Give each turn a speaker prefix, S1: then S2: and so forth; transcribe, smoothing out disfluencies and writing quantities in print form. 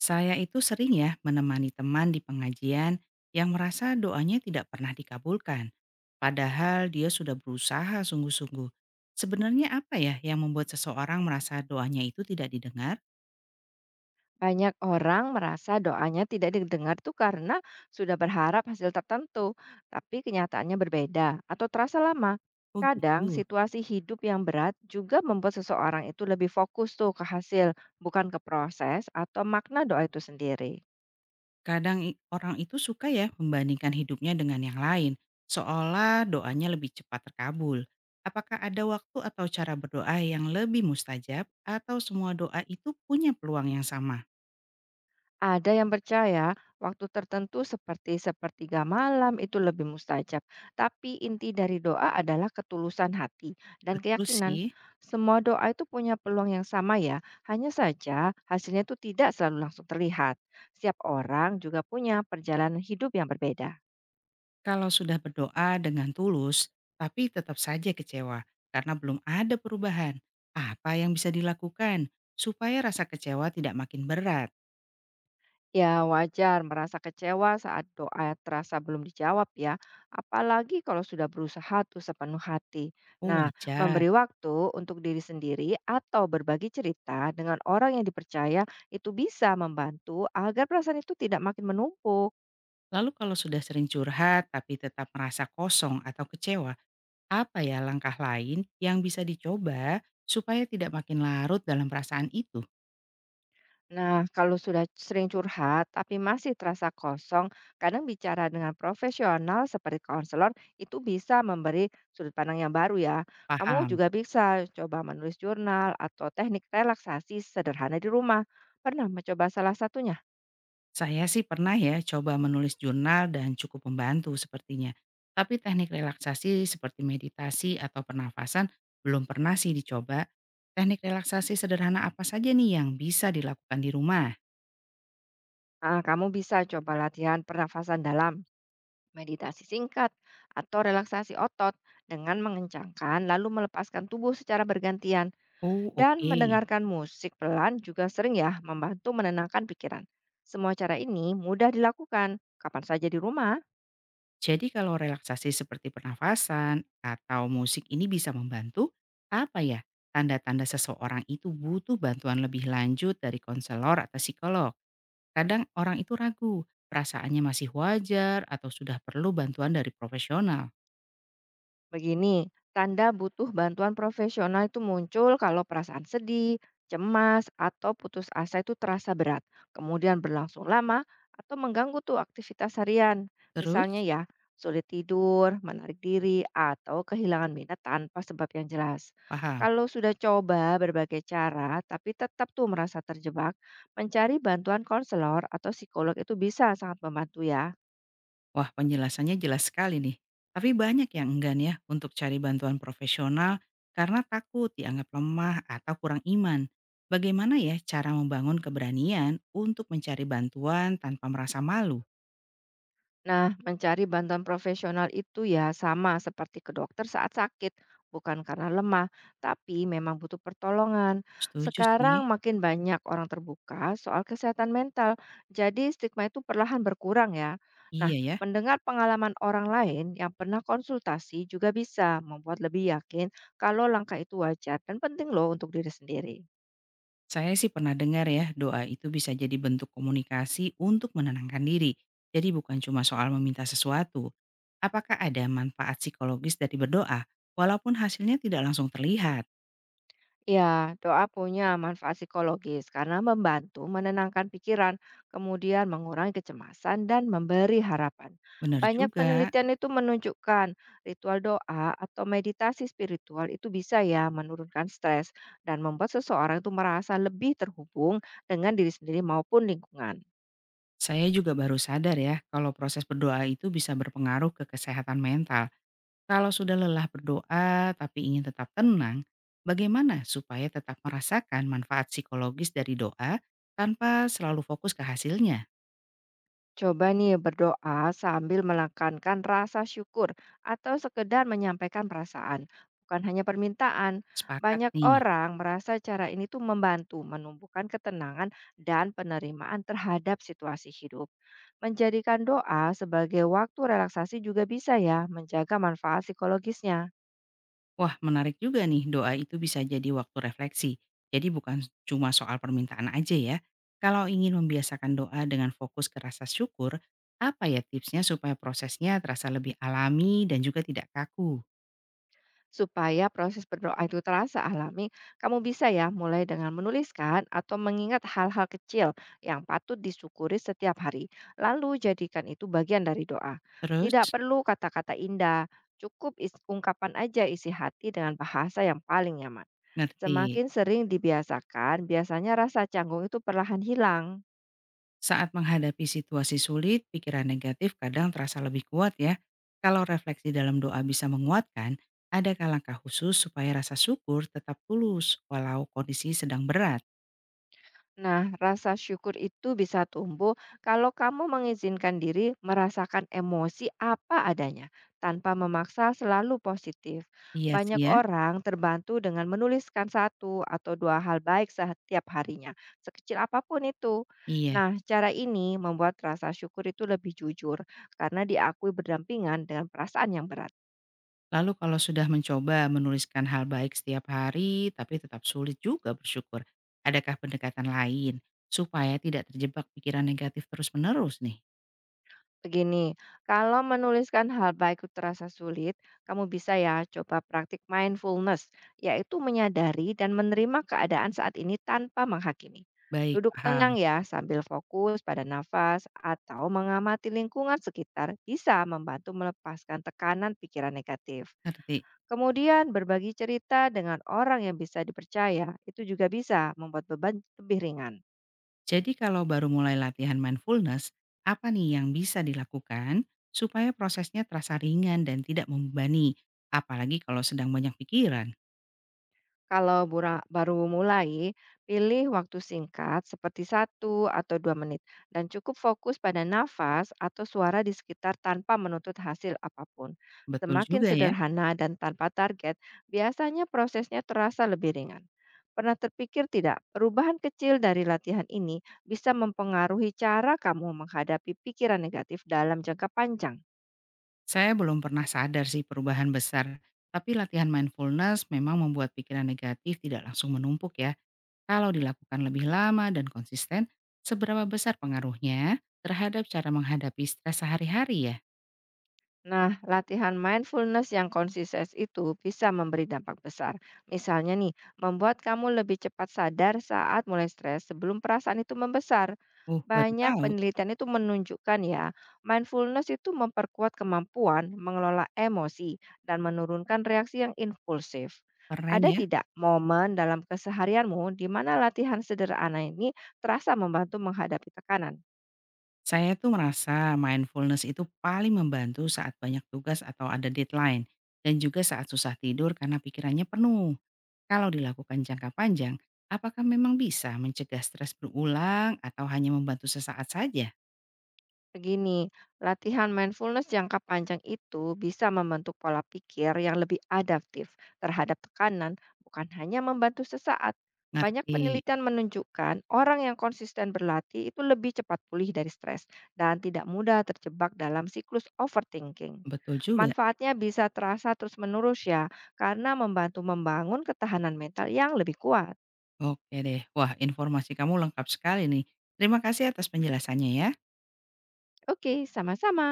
S1: Saya itu sering ya menemani teman di pengajian yang merasa doanya tidak pernah dikabulkan. Padahal dia sudah berusaha sungguh-sungguh. Sebenarnya apa ya yang membuat seseorang merasa doanya itu tidak didengar?
S2: Banyak orang merasa doanya tidak didengar tuh karena sudah berharap hasil tertentu, tapi kenyataannya berbeda atau terasa lama.
S1: Oh
S2: Kadang
S1: gitu.
S2: situasi hidup yang berat juga membuat seseorang itu lebih fokus tuh ke hasil, bukan ke proses atau makna doa itu sendiri.
S1: Kadang orang itu suka ya membandingkan hidupnya dengan yang lain, seolah doanya lebih cepat terkabul. Apakah ada waktu atau cara berdoa yang lebih mustajab atau semua doa itu punya peluang yang sama?
S2: Ada yang percaya waktu tertentu seperti sepertiga malam itu lebih mustajab, tapi inti dari doa adalah ketulusan hati dan
S1: Betul
S2: keyakinan.
S1: sih.
S2: Semua doa itu punya peluang yang sama ya, hanya saja hasilnya itu tidak selalu langsung terlihat. Setiap orang juga punya perjalanan hidup yang berbeda.
S1: Kalau sudah berdoa dengan tulus, tapi tetap saja kecewa karena belum ada perubahan, apa yang bisa dilakukan supaya rasa kecewa tidak makin berat?
S2: Ya, wajar merasa kecewa saat doa terasa belum dijawab ya, apalagi kalau sudah berusaha tuh sepenuh hati.
S1: Oh
S2: Nah,
S1: wajar.
S2: memberi waktu untuk diri sendiri atau berbagi cerita dengan orang yang dipercaya itu bisa membantu agar perasaan itu tidak makin menumpuk.
S1: Lalu kalau sudah sering curhat tapi tetap merasa kosong atau kecewa, apa ya langkah lain yang bisa dicoba supaya tidak makin larut dalam perasaan itu?
S2: Nah, kalau sudah sering curhat tapi masih terasa kosong, kadang bicara dengan profesional seperti konselor itu bisa memberi sudut pandang yang baru ya. Kamu
S1: Paham?
S2: juga bisa coba menulis jurnal atau teknik relaksasi sederhana di rumah. Pernah mencoba salah satunya?
S1: Saya sih pernah ya coba menulis jurnal dan cukup membantu sepertinya. Tapi teknik relaksasi seperti meditasi atau pernafasan belum pernah sih dicoba. Teknik relaksasi sederhana apa saja nih yang bisa dilakukan di rumah?
S2: Kamu bisa coba latihan pernafasan dalam, meditasi singkat, atau relaksasi otot dengan mengencangkan lalu melepaskan tubuh secara bergantian.
S1: Oh
S2: Dan
S1: oke.
S2: mendengarkan musik pelan juga sering ya membantu menenangkan pikiran. Semua cara ini mudah dilakukan kapan saja di rumah.
S1: Jadi kalau relaksasi seperti pernafasan atau musik ini bisa membantu, apa ya tanda-tanda seseorang itu butuh bantuan lebih lanjut dari konselor atau psikolog? Kadang orang itu ragu, perasaannya masih wajar atau sudah perlu bantuan dari profesional.
S2: Begini, tanda butuh bantuan profesional itu muncul kalau perasaan sedih, cemas, atau putus asa itu terasa berat, kemudian berlangsung lama atau mengganggu tuh aktivitas harian.
S1: Terus?
S2: Misalnya ya, sulit tidur, menarik diri, atau kehilangan minat tanpa sebab yang jelas.
S1: Paham?
S2: Kalau sudah coba berbagai cara tapi tetap tuh merasa terjebak, mencari bantuan konselor atau psikolog itu bisa sangat membantu ya.
S1: Wah, penjelasannya jelas sekali nih. Tapi banyak yang enggan ya untuk cari bantuan profesional karena takut dianggap lemah atau kurang iman. Bagaimana ya cara membangun keberanian untuk mencari bantuan tanpa merasa malu?
S2: Nah, mencari bantuan profesional itu ya sama seperti ke dokter saat sakit, bukan karena lemah, tapi memang butuh pertolongan.
S1: Setuju sih.
S2: Sekarang makin banyak orang terbuka soal kesehatan mental, jadi stigma itu perlahan berkurang ya. Nah,
S1: Iya ya.
S2: mendengar pengalaman orang lain yang pernah konsultasi juga bisa membuat lebih yakin kalau langkah itu wajar dan penting loh untuk diri sendiri.
S1: Saya sih pernah dengar ya, doa itu bisa jadi bentuk komunikasi untuk menenangkan diri. Jadi bukan cuma soal meminta sesuatu. Apakah ada manfaat psikologis dari berdoa, walaupun hasilnya tidak langsung terlihat?
S2: Ya, doa punya manfaat psikologis karena membantu menenangkan pikiran, kemudian mengurangi kecemasan dan memberi harapan.
S1: Benar
S2: Banyak
S1: juga.
S2: penelitian itu menunjukkan ritual doa atau meditasi spiritual itu bisa ya menurunkan stres dan membuat seseorang itu merasa lebih terhubung dengan diri sendiri maupun lingkungan.
S1: Saya juga baru sadar ya, kalau proses berdoa itu bisa berpengaruh ke kesehatan mental. Kalau sudah lelah berdoa tapi ingin tetap tenang, bagaimana supaya tetap merasakan manfaat psikologis dari doa tanpa selalu fokus ke hasilnya?
S2: Coba nih berdoa sambil menekankan rasa syukur atau sekedar menyampaikan perasaan, bukan hanya permintaan.
S1: Sepakat
S2: Banyak
S1: nih.
S2: orang merasa cara ini tuh membantu menumbuhkan ketenangan dan penerimaan terhadap situasi hidup. Menjadikan doa sebagai waktu relaksasi juga bisa ya menjaga manfaat psikologisnya.
S1: Wah, menarik juga nih, doa itu bisa jadi waktu refleksi. Jadi bukan cuma soal permintaan aja ya. Kalau ingin membiasakan doa dengan fokus ke rasa syukur, apa ya tipsnya supaya prosesnya terasa lebih alami dan juga tidak kaku?
S2: Supaya proses berdoa itu terasa alami, kamu bisa ya mulai dengan menuliskan atau mengingat hal-hal kecil yang patut disyukuri setiap hari. Lalu jadikan itu bagian dari doa.
S1: Terus,
S2: Tidak perlu kata-kata indah, cukup ungkapan aja isi hati dengan bahasa yang paling nyaman.
S1: ngerti,
S2: Semakin sering dibiasakan, biasanya rasa canggung itu perlahan hilang.
S1: saat menghadapi situasi sulit, pikiran negatif kadang terasa lebih kuat ya. Kalau refleksi dalam doa bisa menguatkan, adakah langkah khusus supaya rasa syukur tetap tulus walau kondisi sedang berat?
S2: Nah, rasa syukur itu bisa tumbuh kalau kamu mengizinkan diri merasakan emosi apa adanya tanpa memaksa selalu positif.
S1: Iya sih
S2: Banyak
S1: ya,
S2: orang terbantu dengan menuliskan satu atau dua hal baik setiap harinya, sekecil apapun itu.
S1: iya.
S2: Nah, cara ini membuat rasa syukur itu lebih jujur karena diakui berdampingan dengan perasaan yang berat.
S1: Lalu kalau sudah mencoba menuliskan hal baik setiap hari, tapi tetap sulit juga bersyukur, adakah pendekatan lain supaya tidak terjebak pikiran negatif terus-menerus nih?
S2: Begini, kalau menuliskan hal baik itu terasa sulit, kamu bisa ya coba praktik mindfulness, yaitu menyadari dan menerima keadaan saat ini tanpa menghakimi.
S1: Baik,
S2: Duduk
S1: paham.
S2: tenang ya sambil fokus pada nafas atau mengamati lingkungan sekitar bisa membantu melepaskan tekanan pikiran negatif.
S1: Ngerti.
S2: Kemudian berbagi cerita dengan orang yang bisa dipercaya itu juga bisa membuat beban lebih ringan.
S1: Jadi kalau baru mulai latihan mindfulness, apa nih yang bisa dilakukan supaya prosesnya terasa ringan dan tidak membebani, apalagi kalau sedang banyak pikiran?
S2: Kalau baru mulai, pilih waktu singkat seperti 1 atau 2 menit dan cukup fokus pada nafas atau suara di sekitar tanpa menuntut hasil apapun.
S1: Betul
S2: Semakin
S1: juga ya.
S2: sederhana dan tanpa target, biasanya prosesnya terasa lebih ringan. Pernah terpikir tidak, perubahan kecil dari latihan ini bisa mempengaruhi cara kamu menghadapi pikiran negatif dalam jangka panjang?
S1: Saya belum pernah sadar sih perubahan besar, tapi latihan mindfulness memang membuat pikiran negatif tidak langsung menumpuk ya. Kalau dilakukan lebih lama dan konsisten, seberapa besar pengaruhnya terhadap cara menghadapi stres sehari-hari ya?
S2: Nah, latihan mindfulness yang konsisten itu bisa memberi dampak besar. Misalnya nih, membuat kamu lebih cepat sadar saat mulai stres sebelum perasaan itu membesar.
S1: Baru
S2: Banyak
S1: tahu.
S2: penelitian itu menunjukkan ya, mindfulness itu memperkuat kemampuan mengelola emosi dan menurunkan reaksi yang impulsif.
S1: Keren
S2: Ada
S1: ya.
S2: tidak momen dalam keseharianmu di mana latihan sederhana ini terasa membantu menghadapi tekanan?
S1: Saya tuh merasa mindfulness itu paling membantu saat banyak tugas atau ada deadline. Dan juga saat susah tidur karena pikirannya penuh. Kalau dilakukan jangka panjang, apakah memang bisa mencegah stres berulang atau hanya membantu sesaat saja?
S2: Begini, latihan mindfulness jangka panjang itu bisa membentuk pola pikir yang lebih adaptif terhadap tekanan, bukan hanya membantu sesaat. Banyak
S1: Ngerti.
S2: penelitian menunjukkan orang yang konsisten berlatih itu lebih cepat pulih dari stres dan tidak mudah terjebak dalam siklus overthinking.
S1: Betul juga.
S2: Manfaatnya bisa terasa terus-menerus ya, karena membantu membangun ketahanan mental yang lebih kuat.
S1: Oke deh. Wah, informasi kamu lengkap sekali nih. Terima kasih atas penjelasannya ya.
S2: Oke, sama-sama.